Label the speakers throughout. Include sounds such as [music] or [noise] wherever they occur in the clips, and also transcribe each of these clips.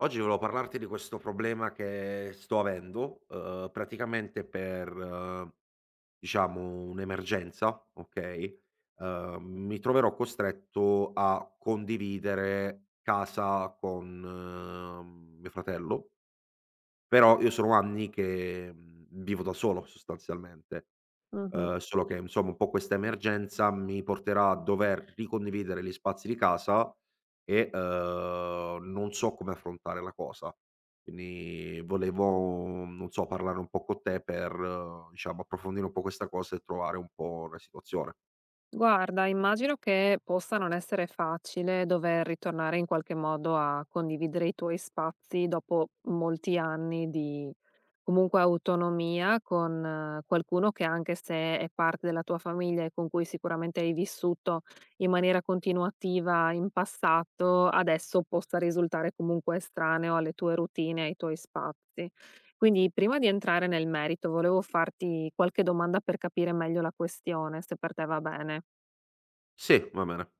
Speaker 1: Oggi volevo parlarti di questo problema che sto avendo, praticamente per, diciamo, un'emergenza, okay, mi troverò costretto a condividere casa con, mio fratello, però io sono anni che, vivo da solo sostanzialmente.
Speaker 2: Mh-mh.
Speaker 1: Solo che insomma un po' questa emergenza mi porterà a dover ricondividere gli spazi di casa e, non so come affrontare la cosa. Quindi volevo, non so, parlare un po' con te per, diciamo, approfondire un po' questa cosa e trovare un po' una situazione.
Speaker 2: Guarda, immagino che possa non essere facile dover ritornare in qualche modo a condividere i tuoi spazi dopo molti anni di comunque autonomia con qualcuno che anche se è parte della tua famiglia e con cui sicuramente hai vissuto in maniera continuativa in passato, adesso possa risultare comunque estraneo alle tue routine, ai tuoi spazi. Quindi prima di entrare nel merito, volevo farti qualche domanda per capire meglio la questione, se per te va bene.
Speaker 1: Sì, va bene.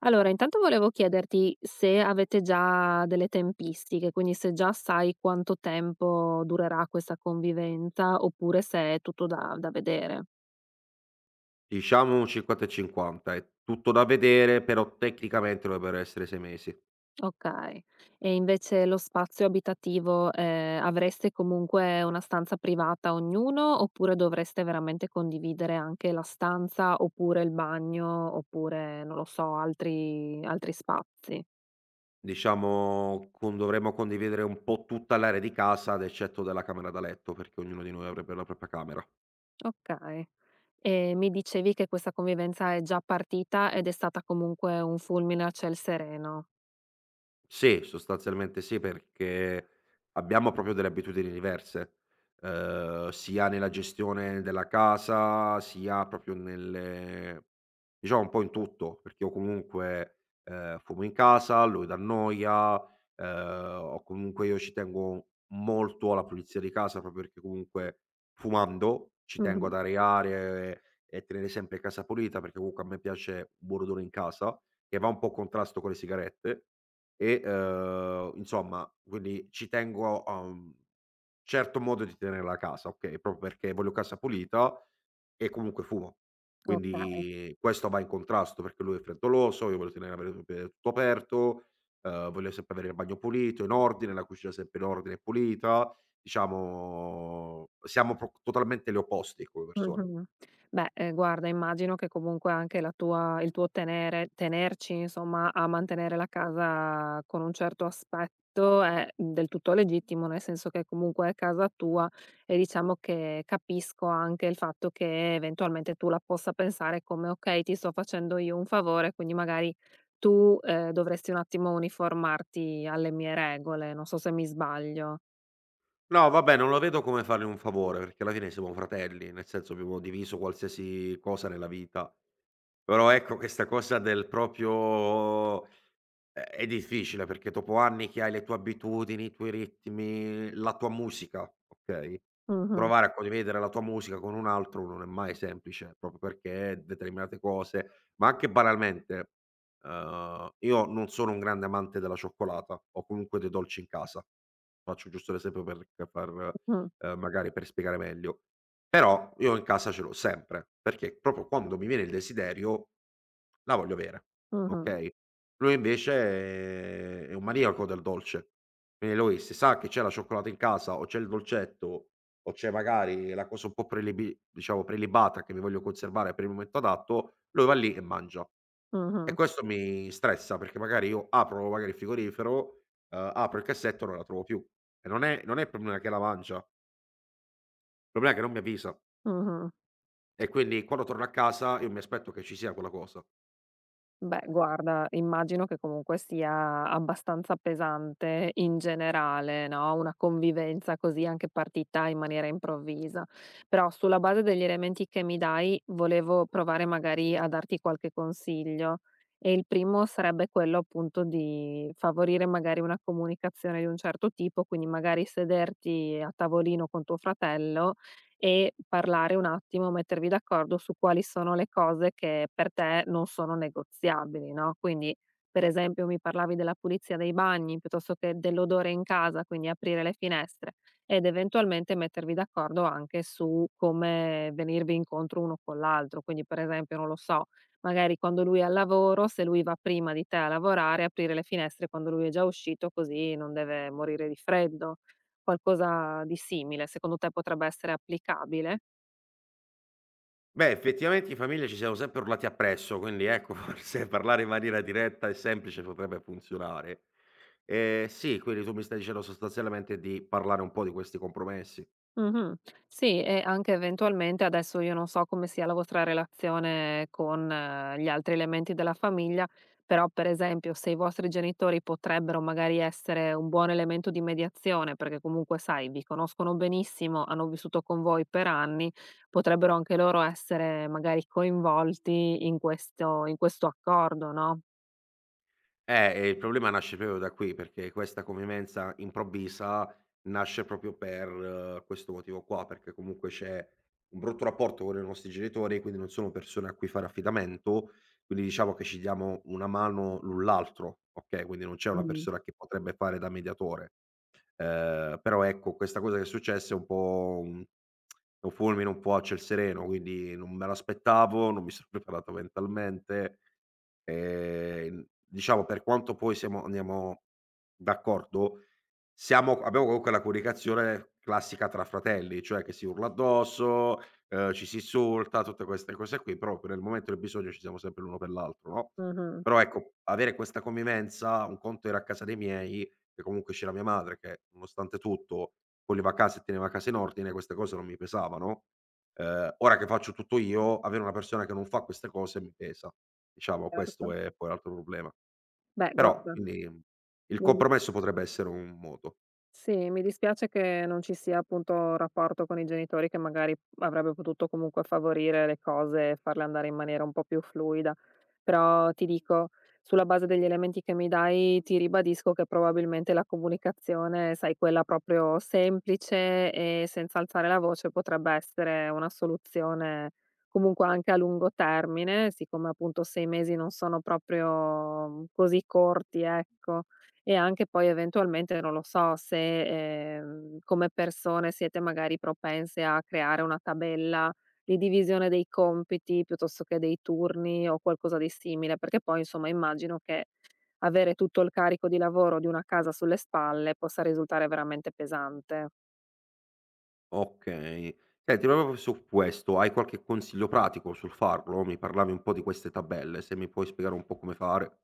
Speaker 2: Allora, intanto volevo chiederti se avete già delle tempistiche, quindi se già sai quanto tempo durerà questa convivenza oppure se è tutto da vedere.
Speaker 1: Diciamo un 50 e 50. È tutto da vedere, però tecnicamente dovrebbero essere 6 mesi.
Speaker 2: Okay. E invece lo spazio abitativo, avreste comunque una stanza privata ognuno, oppure dovreste veramente condividere anche la stanza, oppure il bagno, oppure non lo so, altri spazi?
Speaker 1: Diciamo con dovremmo condividere un po' tutta l'area di casa ad eccetto della camera da letto, perché ognuno di noi avrebbe la propria camera.
Speaker 2: Okay. E mi dicevi che questa convivenza è già partita ed è stata comunque un fulmine a ciel sereno.
Speaker 1: Sì, sostanzialmente sì, perché abbiamo proprio delle abitudini diverse, sia nella gestione della casa, sia proprio nelle diciamo un po' in tutto, perché io comunque, fumo in casa, lui d'annoia, o comunque io ci tengo molto alla pulizia di casa, proprio perché comunque fumando ci tengo ad
Speaker 2: Mh-mh.
Speaker 1: areare e tenere sempre casa pulita, perché comunque a me piace un buon odore in casa, che va un po' a contrasto con le sigarette. E, insomma, quindi ci tengo a un certo modo di tenere la casa, okay, proprio perché voglio casa pulita e comunque fumo.
Speaker 2: Oka
Speaker 1: Quindi questo va in contrasto perché lui è freddoloso, io voglio tenere avere sempre tutto aperto, voglio sempre avere il bagno pulito, in ordine, la cucina sempre in ordine e pulita. Diciamo siamo pro totalmente gli opposti come persone.
Speaker 2: Mh-mh. Beh, guarda, immagino che comunque anche la tua il tuo tenere tenerci insomma a mantenere la casa con un certo aspetto è del tutto legittimo, nel senso che comunque è casa tua e diciamo che capisco anche il fatto che eventualmente tu la possa pensare come: "Okay, ti sto facendo io un favore, quindi magari tu, dovresti un attimo uniformarti alle mie regole." Non so se mi sbaglio.
Speaker 1: No, vabbè, non lo vedo come fargli un favore, perché alla fine siamo fratelli, nel senso abbiamo diviso qualsiasi cosa nella vita. Però ecco questa cosa del proprio è difficile perché dopo anni che hai le tue abitudini, i tuoi ritmi, la tua musica, okay?
Speaker 2: Mh-mh,
Speaker 1: Provare a condividere la tua musica con un altro non è mai semplice, proprio perché determinate cose ma anche banalmente, io non sono un grande amante della cioccolata o comunque dei dolci in casa. Faccio giusto l'esempio per far
Speaker 2: mh,
Speaker 1: magari per spiegare meglio. Però io in casa ce l'ho sempre, perché proprio quando mi viene il desiderio la voglio avere,
Speaker 2: mh-mh,
Speaker 1: okay? Lui invece è un maniaco del dolce, quindi lui se sa che c'è la cioccolata in casa o c'è il dolcetto o c'è magari la cosa un po' prelibi diciamo prelibata che mi voglio conservare per il momento adatto, lui va lì e mangia. E
Speaker 2: mh-mh,
Speaker 1: questo mi stressa perché magari io apro magari il frigorifero, apro il cassetto e non la trovo più. E non è il problema che la mangia, il problema è che non mi avvisa
Speaker 2: mh-mh.
Speaker 1: e quindi quando torno a casa io mi aspetto che ci sia quella cosa.
Speaker 2: Beh,
Speaker 1: E
Speaker 2: guarda, immagino che comunque sia abbastanza pesante in generale, no, una convivenza così anche partita in maniera improvvisa. Però sulla base degli elementi che mi dai, volevo provare magari a darti qualche consiglio. E il primo sarebbe quello appunto di favorire magari una comunicazione di un certo tipo, quindi magari sederti a tavolino con tuo fratello e parlare un attimo, mettervi d'accordo su quali sono le cose che per te non sono negoziabili, no, quindi, per esempio, mi parlavi della pulizia dei bagni, piuttosto che dell'odore in casa, quindi aprire le finestre ed eventualmente mettervi d'accordo anche su come venirvi incontro uno con l'altro. Quindi, per esempio, non lo so, magari quando lui è al lavoro, se lui va prima di te a lavorare, aprire le finestre quando lui è già uscito, così non deve morire di freddo. Qualcosa di simile, secondo te potrebbe essere applicabile?
Speaker 1: beh, effettivamente in famiglia ci siamo sempre urlati appresso, quindi ecco [laughs] forse parlare in maniera diretta e semplice potrebbe funzionare. Sì, quindi tu mi stai dicendo sostanzialmente di parlare un po' di questi compromessi.
Speaker 2: Mh-mh. Sì, e anche eventualmente adesso io non so come sia la vostra relazione con gli altri elementi della famiglia, però per esempio se i vostri genitori potrebbero magari essere un buon elemento di mediazione, perché comunque sai, vi conoscono benissimo, hanno vissuto con voi per anni, potrebbero anche loro essere magari coinvolti in questo accordo, no?
Speaker 1: E il problema nasce proprio da qui, perché questa convivenza improvvisa nasce proprio per questo motivo qua, perché comunque c'è un brutto rapporto con i nostri genitori, quindi non sono persone a cui fare affidamento, quindi diciamo che ci diamo una mano l'un l'altro, okay, quindi non c'è una
Speaker 2: Mh.
Speaker 1: persona che potrebbe fare da mediatore. Però ecco, questa cosa che è successa è un po' un fulmine un po' a ciel sereno, quindi non me l'aspettavo, non mi sono [laughs] preparato mentalmente. Diciamo per quanto poi siamo andiamo d'accordo, siamo abbiamo comunque la comunicazione classica tra fratelli, cioè che si urla addosso, ci si insulta, tutte queste cose qui, però nel momento del bisogno ci siamo sempre l'uno per l'altro, no,
Speaker 2: Mh-mh.
Speaker 1: però ecco, avere questa convivenza, un conto era a casa dei miei che comunque c'era mia madre che, nonostante tutto, voleva casa e teneva casa in ordine, queste cose non mi pesavano. Ora che faccio tutto io, avere una persona che non fa queste cose mi pesa. Diciamo questo
Speaker 2: Certo.
Speaker 1: è poi l'altro problema.
Speaker 2: Beh,
Speaker 1: Però
Speaker 2: guarda,
Speaker 1: quindi il
Speaker 2: mi
Speaker 1: compromesso potrebbe essere un modo.
Speaker 2: sì, mi dispiace che non ci sia appunto un rapporto con i genitori che magari avrebbe potuto comunque favorire le cose e farle andare in maniera un po' più fluida. Però ti dico, sulla base degli elementi che mi dai, ti ribadisco che probabilmente la comunicazione, sai, quella proprio semplice e senza alzare la voce potrebbe essere una soluzione comunque anche a lungo termine, siccome appunto sei mesi non sono proprio così corti, ecco, e anche poi eventualmente, non lo so, se, come persone siete magari propense a creare una tabella di divisione dei compiti piuttosto che dei turni o qualcosa di simile, perché poi insomma immagino che avere tutto il carico di lavoro di una casa sulle spalle possa risultare veramente pesante.
Speaker 1: Okay. Senti, ma proprio su questo, hai qualche consiglio pratico sul farlo? Mi parlavi un po' di queste tabelle, se mi puoi spiegare un po' come fare.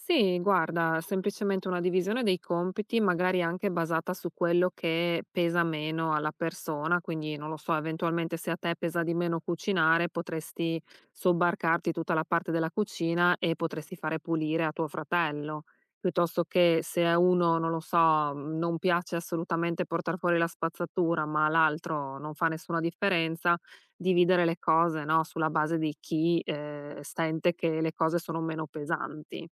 Speaker 2: Sì, guarda, semplicemente una divisione dei compiti, magari anche basata su quello che pesa meno alla persona, quindi non lo so, eventualmente se a te pesa di meno cucinare, potresti sobbarcarti tutta la parte della cucina e potresti fare pulire a tuo fratello, piuttosto che se a uno, non lo so, non piace assolutamente portare fuori la spazzatura, ma l'altro non fa nessuna differenza, dividere le cose, no? Sulla base di chi sente che le cose sono meno pesanti.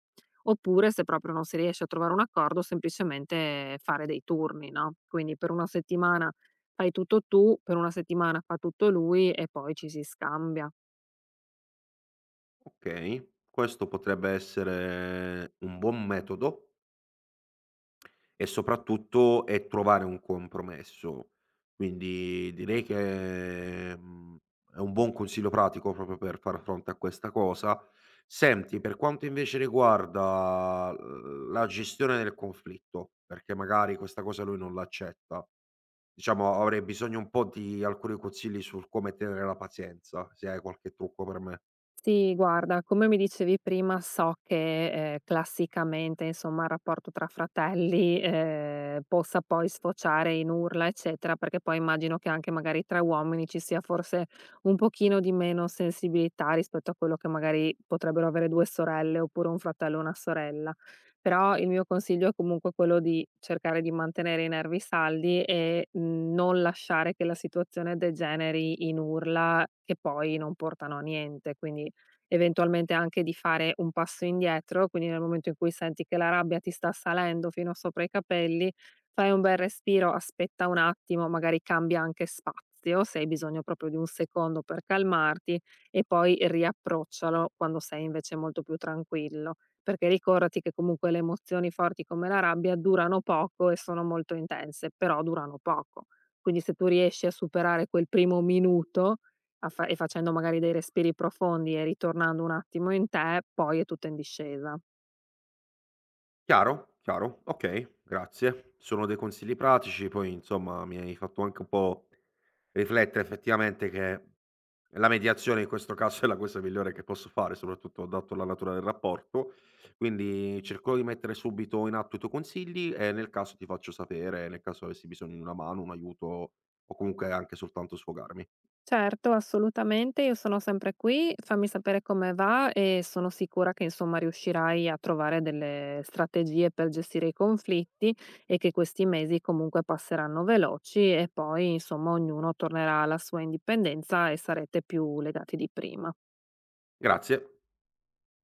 Speaker 2: Oppure se proprio non si riesce a trovare un accordo, semplicemente fare dei turni, no, quindi per una settimana fai tutto tu, per una settimana fa tutto lui e poi ci si scambia.
Speaker 1: Okay, questo potrebbe essere un buon metodo. E soprattutto è trovare un compromesso. Quindi direi che, è un buon consiglio pratico proprio per far fronte a questa cosa. Senti, per quanto invece riguarda, la gestione del conflitto, perché magari questa cosa lui non l'accetta, diciamo avrei bisogno un po' di alcuni consigli sul come tenere la pazienza, se hai qualche trucco per me.
Speaker 2: Sì, guarda, come mi dicevi prima, so che, classicamente, insomma, il rapporto tra fratelli, possa poi sfociare in urla, eccetera, perché poi immagino che anche magari tra uomini ci sia forse un pochino di meno sensibilità rispetto a quello che magari potrebbero avere 2 sorelle oppure un fratello e una sorella. Però il mio consiglio è comunque quello di cercare di mantenere i nervi saldi e, non lasciare che la situazione degeneri in urla che poi non portano a niente. Quindi eventualmente anche di fare un passo indietro, quindi nel momento in cui senti che la rabbia ti sta salendo fino sopra i capelli, fai un bel respiro, aspetta un attimo, magari cambia anche spazio, se hai bisogno proprio di un secondo per calmarti e poi riapproccialo quando sei invece molto più tranquillo, perché ricordati che comunque le emozioni forti come la rabbia durano poco e sono molto intense, però durano poco. Quindi se tu riesci a superare quel primo minuto, a fa e facendo magari dei respiri profondi e ritornando un attimo in te, poi è tutto in discesa.
Speaker 1: Chiaro, chiaro, okay, grazie. Sono dei consigli pratici, poi insomma mi hai fatto anche un po' riflettere effettivamente che la mediazione in questo caso è la cosa migliore che posso fare, soprattutto dato la natura del rapporto. Quindi cercherò di mettere subito in atto i tuoi consigli e nel caso ti faccio sapere, nel caso avessi bisogno di una mano, un aiuto o comunque anche soltanto sfogarmi.
Speaker 2: Certo, assolutamente, io sono sempre qui, fammi sapere come va e sono sicura che insomma riuscirai a trovare delle strategie per gestire i conflitti e che questi mesi comunque passeranno veloci e poi insomma ognuno tornerà alla sua indipendenza e sarete più legati di prima.
Speaker 1: Grazie.